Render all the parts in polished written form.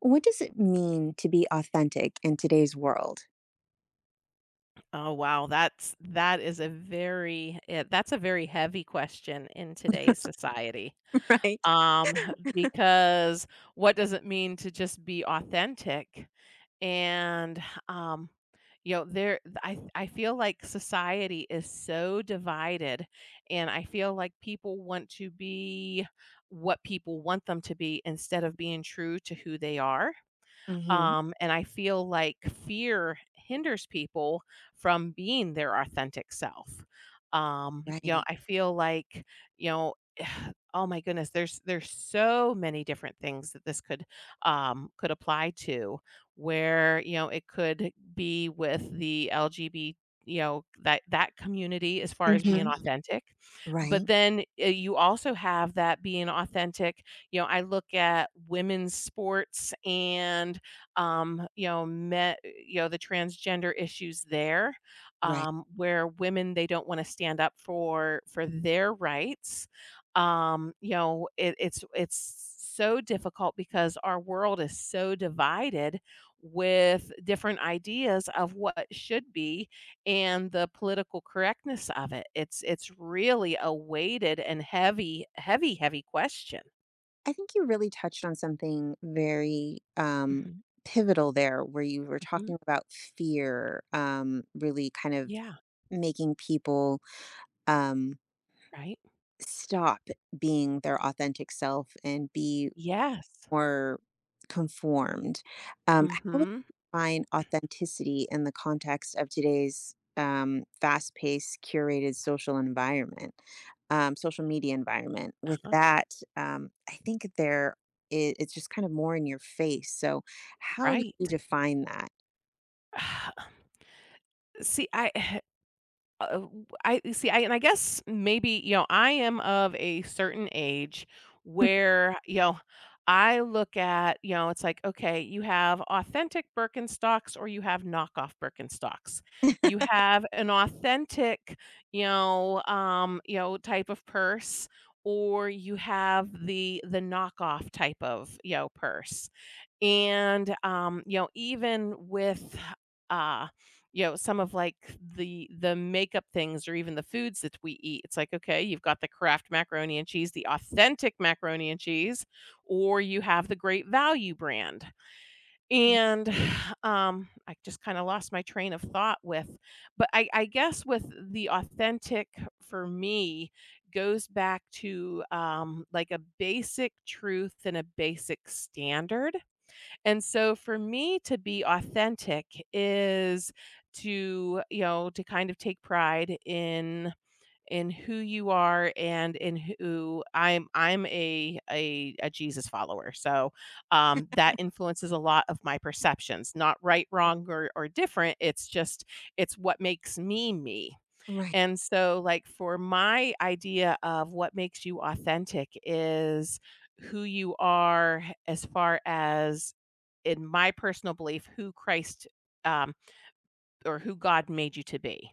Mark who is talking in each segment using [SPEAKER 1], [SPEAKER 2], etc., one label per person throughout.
[SPEAKER 1] What does it mean to be authentic in today's world?
[SPEAKER 2] Oh wow, that is a very that's a very heavy question in today's society.
[SPEAKER 1] Right.
[SPEAKER 2] Um, because what does it mean to just be authentic? And um, you know, there I feel like society is so divided, and I feel like people want to be what people want them to be instead of being true to who they are,
[SPEAKER 1] Mm-hmm.
[SPEAKER 2] and I feel like fear hinders people from being their authentic self. You know,
[SPEAKER 1] Right.
[SPEAKER 2] I feel like, you know, oh my goodness, there's so many different things that this could apply to where, you know, it could be with the LGBT, you know, that community as far as being
[SPEAKER 1] Hmm.
[SPEAKER 2] authentic. But
[SPEAKER 1] Right.
[SPEAKER 2] then you also have that being authentic, you know, I look at women's sports and, you know, the transgender issues there,
[SPEAKER 1] Right.
[SPEAKER 2] where women they don't want to stand up for their rights. You know, it's so difficult because our world is so divided with different ideas of what should be and the political correctness of it. It's really a weighted and heavy, heavy, heavy question.
[SPEAKER 1] I think you really touched on something very
[SPEAKER 2] Hmm.
[SPEAKER 1] pivotal there, where you were
[SPEAKER 2] Hmm.
[SPEAKER 1] talking about fear, really kind of
[SPEAKER 2] Yeah.
[SPEAKER 1] making people um,
[SPEAKER 2] Right.
[SPEAKER 1] stop being their authentic self and be
[SPEAKER 2] Yes.
[SPEAKER 1] more conformed. Um, how would
[SPEAKER 2] Hmm.
[SPEAKER 1] you define authenticity in the context of today's fast-paced, curated social environment, social media environment? With
[SPEAKER 2] Uh-huh,
[SPEAKER 1] that, I think there I it's just kind of more in your face. So, how do
[SPEAKER 2] right.
[SPEAKER 1] you define that?
[SPEAKER 2] See, I I and I guess maybe, you know, I am of a certain age where, you know, I look at, you know, it's like, okay, you have authentic Birkenstocks or you have knockoff Birkenstocks. You have an authentic, you know, type of purse, or you have the knockoff type of, you know, purse. And, you know, even with, uh, you know, some of like the makeup things or even the foods that we eat. It's like, okay, you've got the Kraft macaroni and cheese, the authentic macaroni and cheese, or you have the Great Value brand. And I just kind of lost my train of thought with, but I guess with the authentic for me goes back to, like, a basic truth and a basic standard, and so for me to be authentic is to, you know, to kind of take pride in who you are and in who I'm a Jesus follower. So that influences a lot of my perceptions. Not right, wrong, or different. It's just it's what makes me me.
[SPEAKER 1] Right.
[SPEAKER 2] And so, like, for my idea of what makes you authentic is who you are as far as, in my personal belief, who Christ, um, or who God made you to be.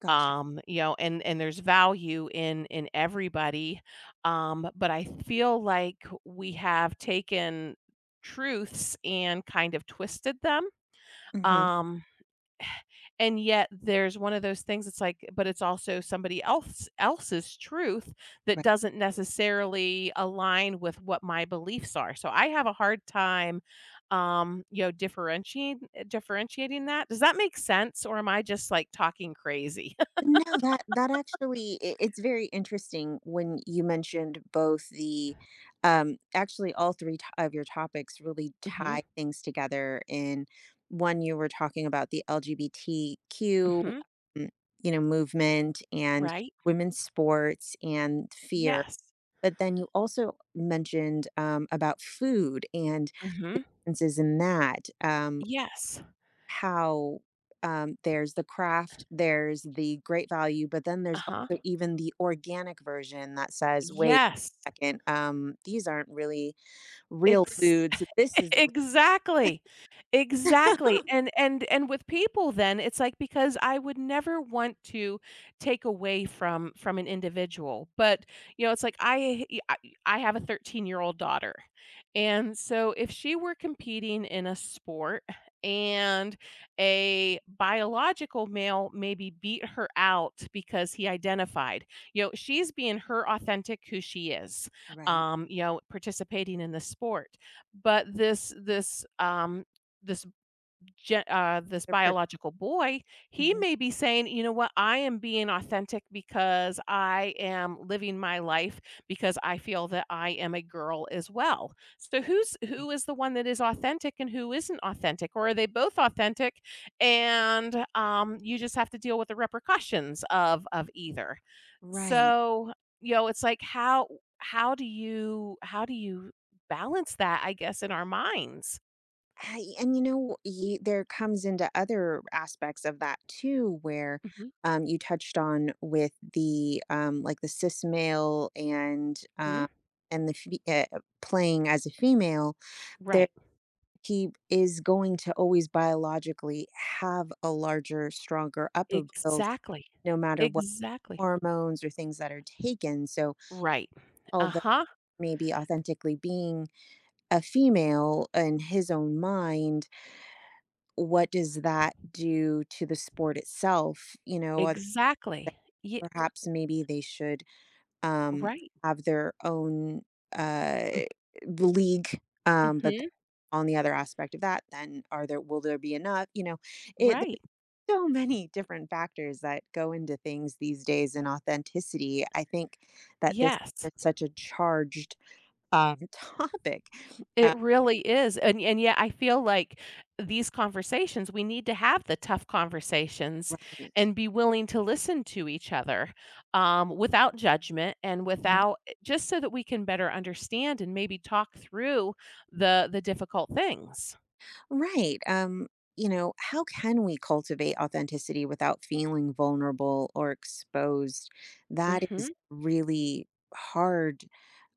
[SPEAKER 1] Gotcha.
[SPEAKER 2] You know, and there's value in everybody, but I feel like we have taken truths and kind of twisted them.
[SPEAKER 1] Hmm.
[SPEAKER 2] Um, and yet there's one of those things, it's like, but it's also somebody else else's truth that
[SPEAKER 1] Right.
[SPEAKER 2] doesn't necessarily align with what my beliefs are, so I have a hard time, you know, differentiating that. Does that make sense, or am I just like talking crazy?
[SPEAKER 1] No, that actually I it's very interesting when you mentioned both the actually all three to of your topics really
[SPEAKER 2] Mhm.
[SPEAKER 1] tie things together in one. You were talking about the LGBTQ,
[SPEAKER 2] Mhm.
[SPEAKER 1] um, you know, movement and
[SPEAKER 2] Right.
[SPEAKER 1] women's sports and fear.
[SPEAKER 2] Yes.
[SPEAKER 1] But then you also mentioned about food and the
[SPEAKER 2] Mhm.
[SPEAKER 1] differences in that. Um,
[SPEAKER 2] Yes.
[SPEAKER 1] how, there's the craft, there's the great value, but then there's
[SPEAKER 2] Uh-huh.
[SPEAKER 1] also even the organic version that says, "Wait
[SPEAKER 2] Yes.
[SPEAKER 1] a second, these aren't really real
[SPEAKER 2] Ex—
[SPEAKER 1] foods. This is the—"
[SPEAKER 2] exactly, exactly, and with people, then, it's like, because I would never want to take away from an individual, but, you know, it's like I have a 13-year-old daughter, and so if she were competing in a sport, and a biological male maybe beat her out because he identified, you know, she's being her authentic who she is,
[SPEAKER 1] Right.
[SPEAKER 2] you know, participating in the sport. But this this
[SPEAKER 1] their per
[SPEAKER 2] biological boy, he
[SPEAKER 1] Mhm.
[SPEAKER 2] may be saying, you know what, I am being authentic because I am living my life because I feel that I am a girl as well. So
[SPEAKER 1] Right.
[SPEAKER 2] who is the one that is authentic and who isn't authentic, or are they both authentic? And you just have to deal with the repercussions of either.
[SPEAKER 1] Right.
[SPEAKER 2] So, you know, it's like, how how do you balance that, I guess, in our minds?
[SPEAKER 1] I and you know, y there comes into other aspects of that too, where,
[SPEAKER 2] Mhm,
[SPEAKER 1] you touched on with the, like, the cis male
[SPEAKER 2] mhm,
[SPEAKER 1] and the fe playing as a female, there
[SPEAKER 2] right.
[SPEAKER 1] he is going to always biologically have a larger, stronger upper build
[SPEAKER 2] Exactly.
[SPEAKER 1] no matter what
[SPEAKER 2] Exactly.
[SPEAKER 1] hormones or things that are taken. So,
[SPEAKER 2] Right.
[SPEAKER 1] although
[SPEAKER 2] Uh-huh.
[SPEAKER 1] maybe authentically being a female in his own mind, what does that do to the sport itself? You know, other
[SPEAKER 2] Exactly. Yeah.
[SPEAKER 1] than perhaps maybe they should um,
[SPEAKER 2] Right.
[SPEAKER 1] have their own uh,
[SPEAKER 2] Mm,
[SPEAKER 1] league. But
[SPEAKER 2] mhm,
[SPEAKER 1] on the other aspect of that, then are there will there be enough? You know, it
[SPEAKER 2] right.
[SPEAKER 1] there's so many different factors that go into things these days in authenticity. I think that this
[SPEAKER 2] Yes.
[SPEAKER 1] is such a charged topic. Uh,
[SPEAKER 2] It really is, and yet I feel like these conversations, we need to have the tough conversations
[SPEAKER 1] right.
[SPEAKER 2] and be willing to listen to each other, without judgment and
[SPEAKER 1] Mhm.
[SPEAKER 2] without just so that we can better understand and maybe talk through the difficult things.
[SPEAKER 1] Right. You know, how can we cultivate authenticity without feeling vulnerable or exposed? That is
[SPEAKER 2] Mhm,
[SPEAKER 1] really hard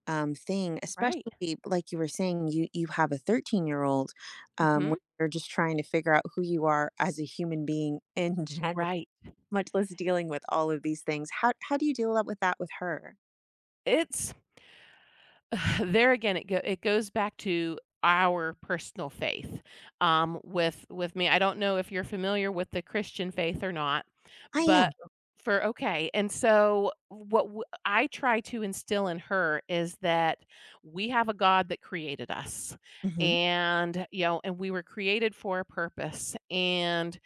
[SPEAKER 1] thing,
[SPEAKER 2] right.
[SPEAKER 1] especially like you were saying, you have a 13-year-old,
[SPEAKER 2] Mhm,
[SPEAKER 1] where you're just trying to figure out who you are as a human being in general,
[SPEAKER 2] right.
[SPEAKER 1] much less dealing with all of these things. How do you deal up with that with her?
[SPEAKER 2] It's there again, it goes back to our personal faith, with me. I don't know if you're familiar with the Christian faith or not.
[SPEAKER 1] I am.
[SPEAKER 2] But for okay, and so what w I try to instill in her is that we have a God that created us,
[SPEAKER 1] Mhm.
[SPEAKER 2] and, you know, and we were created for a purpose,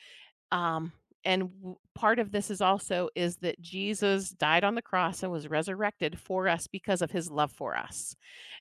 [SPEAKER 2] um, and w part of this is also is that Jesus died on the cross and was resurrected for us because of his love for us.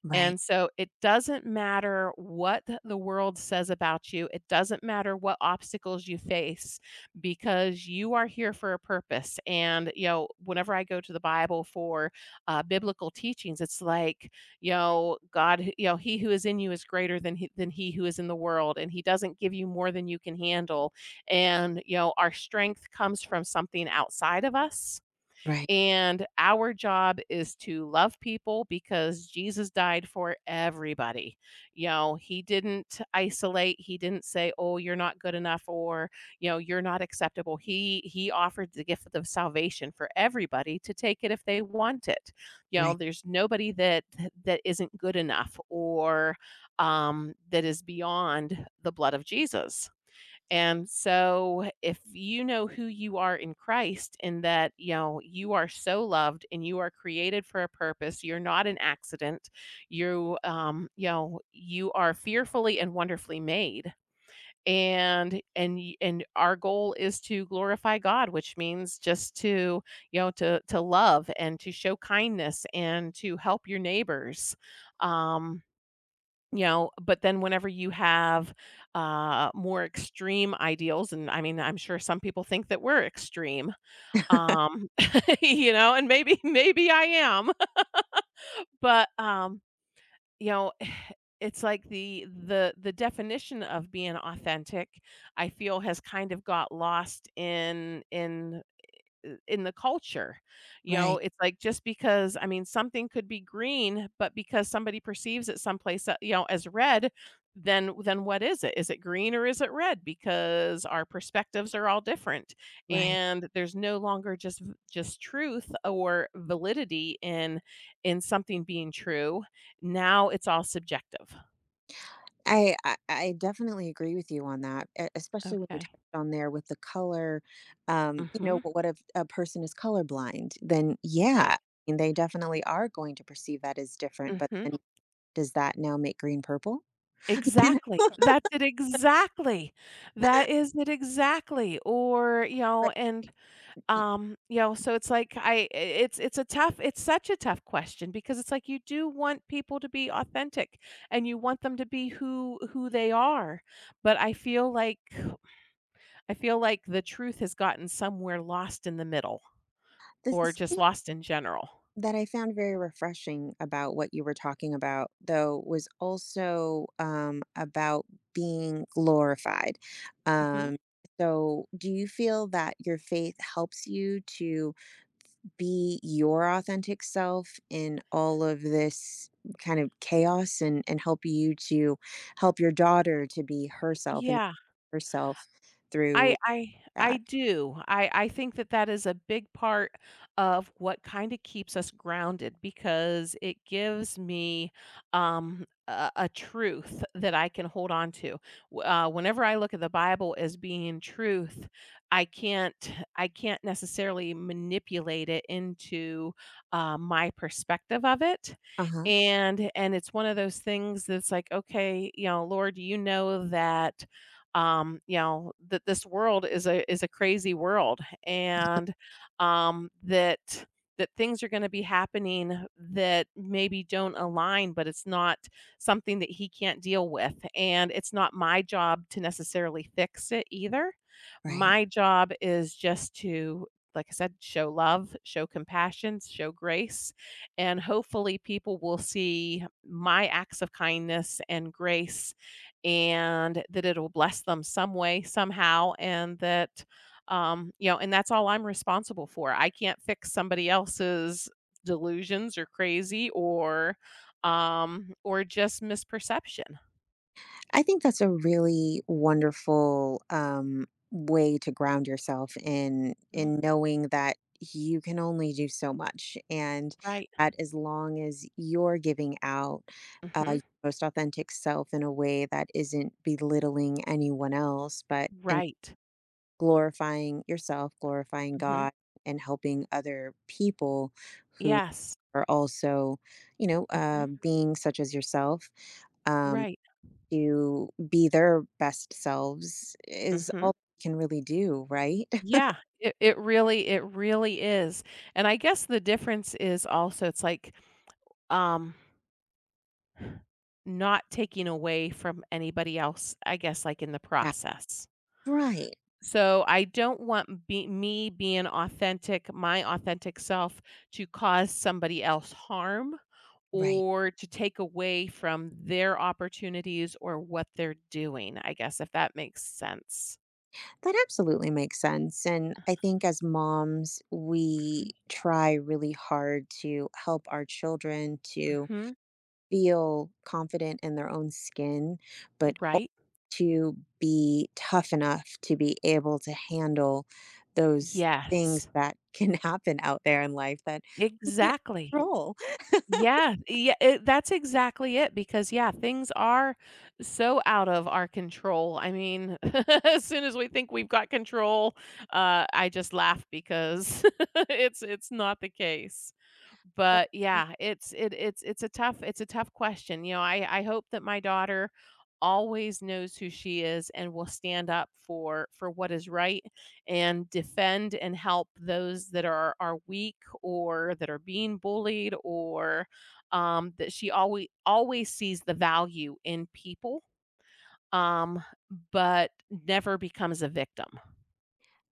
[SPEAKER 1] Right.
[SPEAKER 2] And so it doesn't matter what the world says about you, it doesn't matter what obstacles you face, because you are here for a purpose. And, you know, whenever I go to the Bible for, biblical teachings, it's like, you know, God, you know, he who is in you is greater than he, who is in the world, and he doesn't give you more than you can handle. And, you know, our strength comes from something outside of us,
[SPEAKER 1] Right.
[SPEAKER 2] and our job is to love people because Jesus died for everybody. You know, he didn't isolate, he didn't say, "Oh, you're not good enough," or, you know, "You're not acceptable." He offered the gift of salvation for everybody to take it if they want it. You know,
[SPEAKER 1] Right.
[SPEAKER 2] there's nobody that that isn't good enough or that is beyond the blood of Jesus. And so if you know who you are in Christ, and that, you know, you are so loved and you are created for a purpose, you're not an accident. You, you know, you are fearfully and wonderfully made. And and our goal is to glorify God, which means just to, you know, to love and to show kindness and to help your neighbors. Um you know, but then whenever you have, more extreme ideals, and I mean, I'm sure some people think that we're extreme, um, you know, and maybe maybe I am, but, you know, it's like the definition of being authentic, I feel has kind of got lost in the culture. You know,
[SPEAKER 1] Right.
[SPEAKER 2] it's like, just because, I mean, something could be green, but because somebody perceives it someplace, you know, as red, then what is it? Is it green or is it red? Because our perspectives are all different,
[SPEAKER 1] Right.
[SPEAKER 2] and there's no longer just just truth or validity in something being true. Now it's all subjective.
[SPEAKER 1] I definitely agree with you on that, especially when you
[SPEAKER 2] Okay.
[SPEAKER 1] touched on there with the color. You know,
[SPEAKER 2] Hmm.
[SPEAKER 1] what if a person is colorblind? Then yeah,
[SPEAKER 2] Right.
[SPEAKER 1] and they definitely are going to perceive that as different. But
[SPEAKER 2] Hmm.
[SPEAKER 1] then, does that now make green purple? You know,
[SPEAKER 2] Exactly. That's it exactly. That is it exactly. Or, you
[SPEAKER 1] but
[SPEAKER 2] know, and, you know, so it's like I it's a tough, it's such a tough question, because it's like you do want people to be authentic, and you want them to be who they are, but I feel like the truth has gotten somewhere lost in the middle
[SPEAKER 1] the
[SPEAKER 2] or
[SPEAKER 1] the
[SPEAKER 2] just
[SPEAKER 1] thing
[SPEAKER 2] lost in general.
[SPEAKER 1] that I found very refreshing about what you were talking about, though, was also, about being glorified.
[SPEAKER 2] Mhm.
[SPEAKER 1] Um, so do you feel that your faith helps you to be your authentic self in all of this kind of chaos and help you to help your daughter to be herself and
[SPEAKER 2] Yeah.
[SPEAKER 1] herself through
[SPEAKER 2] I
[SPEAKER 1] that?
[SPEAKER 2] do. I think that that is a big part of what kinda keeps us grounded, because it gives me, a truth that I can hold on to. W whenever I look at the Bible as being truth, I can't necessarily manipulate it into, my perspective of it,
[SPEAKER 1] Uh-huh,
[SPEAKER 2] and it's one of those things that's like, "Okay, you know, Lord, you know that this world is a crazy world, and that that things are going to be happening that maybe don't align, but it's not something that he can't deal with, and it's not my job to necessarily fix it either.
[SPEAKER 1] right.
[SPEAKER 2] My job is just to, like I said, show love, show compassion, show grace, and hopefully people will see my acts of kindness and grace, and that it'll bless them some way, somehow, and that, you know, and that's all I'm responsible for. I can't fix somebody else's delusions or crazy, or just misperception.
[SPEAKER 1] I think that's a really wonderful, way to ground yourself
[SPEAKER 2] Mm,
[SPEAKER 1] in knowing that you can only do so much, and
[SPEAKER 2] right.
[SPEAKER 1] that as long as you're giving out, your
[SPEAKER 2] Mhm.
[SPEAKER 1] most authentic self in a way that isn't belittling anyone else, but in
[SPEAKER 2] Right.
[SPEAKER 1] glorifying yourself, glorifying
[SPEAKER 2] Mhm.
[SPEAKER 1] God, and helping other people who
[SPEAKER 2] Yes.
[SPEAKER 1] are also, you know,
[SPEAKER 2] Mhm.
[SPEAKER 1] being such as yourself, um,
[SPEAKER 2] Right.
[SPEAKER 1] to be their best selves is
[SPEAKER 2] Mhm.
[SPEAKER 1] all we can really do, right?
[SPEAKER 2] Yeah. It really is. And I guess the difference is also it's like, um not taking away from anybody else, I guess, like, in the
[SPEAKER 1] Yeah.
[SPEAKER 2] process.
[SPEAKER 1] Right.
[SPEAKER 2] So, I don't want be me being authentic my authentic self to cause somebody else harm
[SPEAKER 1] Right.
[SPEAKER 2] or to take away from their opportunities or what they're doing, I guess, if that makes sense.
[SPEAKER 1] That absolutely makes sense. And I think as moms, we try really hard to help our children to
[SPEAKER 2] Mhm.
[SPEAKER 1] feel confident in their own skin, but al
[SPEAKER 2] Right?
[SPEAKER 1] to be tough enough to be able to handle those things
[SPEAKER 2] Yes.
[SPEAKER 1] that can happen out there in life that you can't
[SPEAKER 2] Exactly.
[SPEAKER 1] control.
[SPEAKER 2] Yeah, yeah, it that's exactly it, because, yeah, things are so out of our control. I mean, as soon as we think we've got control, I just laugh because it's not the case.
[SPEAKER 1] But
[SPEAKER 2] But yeah, it's a tough, it's a tough question. You know, I hope that my daughter always knows who she is and will stand up for what is right and defend and help those that are weak or that are being bullied or, that she always always sees the value in people, um, but never becomes a victim.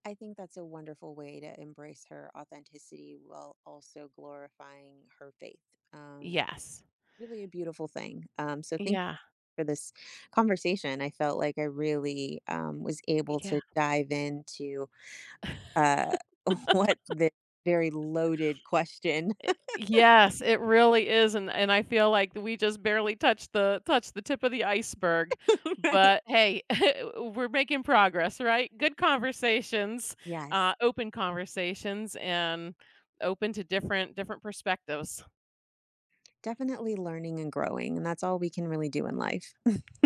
[SPEAKER 1] I think that's a wonderful way to embrace her authenticity while also glorifying her faith. Um,
[SPEAKER 2] Yes.
[SPEAKER 1] really a beautiful thing. So thank
[SPEAKER 2] Yeah.
[SPEAKER 1] you for this conversation. I felt like I really, was able
[SPEAKER 2] Yeah.
[SPEAKER 1] to dive into uh, what the very loaded question,
[SPEAKER 2] Yes, it really is, and I feel like we just barely touched the tip of the iceberg.
[SPEAKER 1] right?
[SPEAKER 2] But hey, we're making progress, right? Good conversations,
[SPEAKER 1] Yes,
[SPEAKER 2] open conversations, and open to different different perspectives.
[SPEAKER 1] definitely learning and growing, and that's all we can really do in life.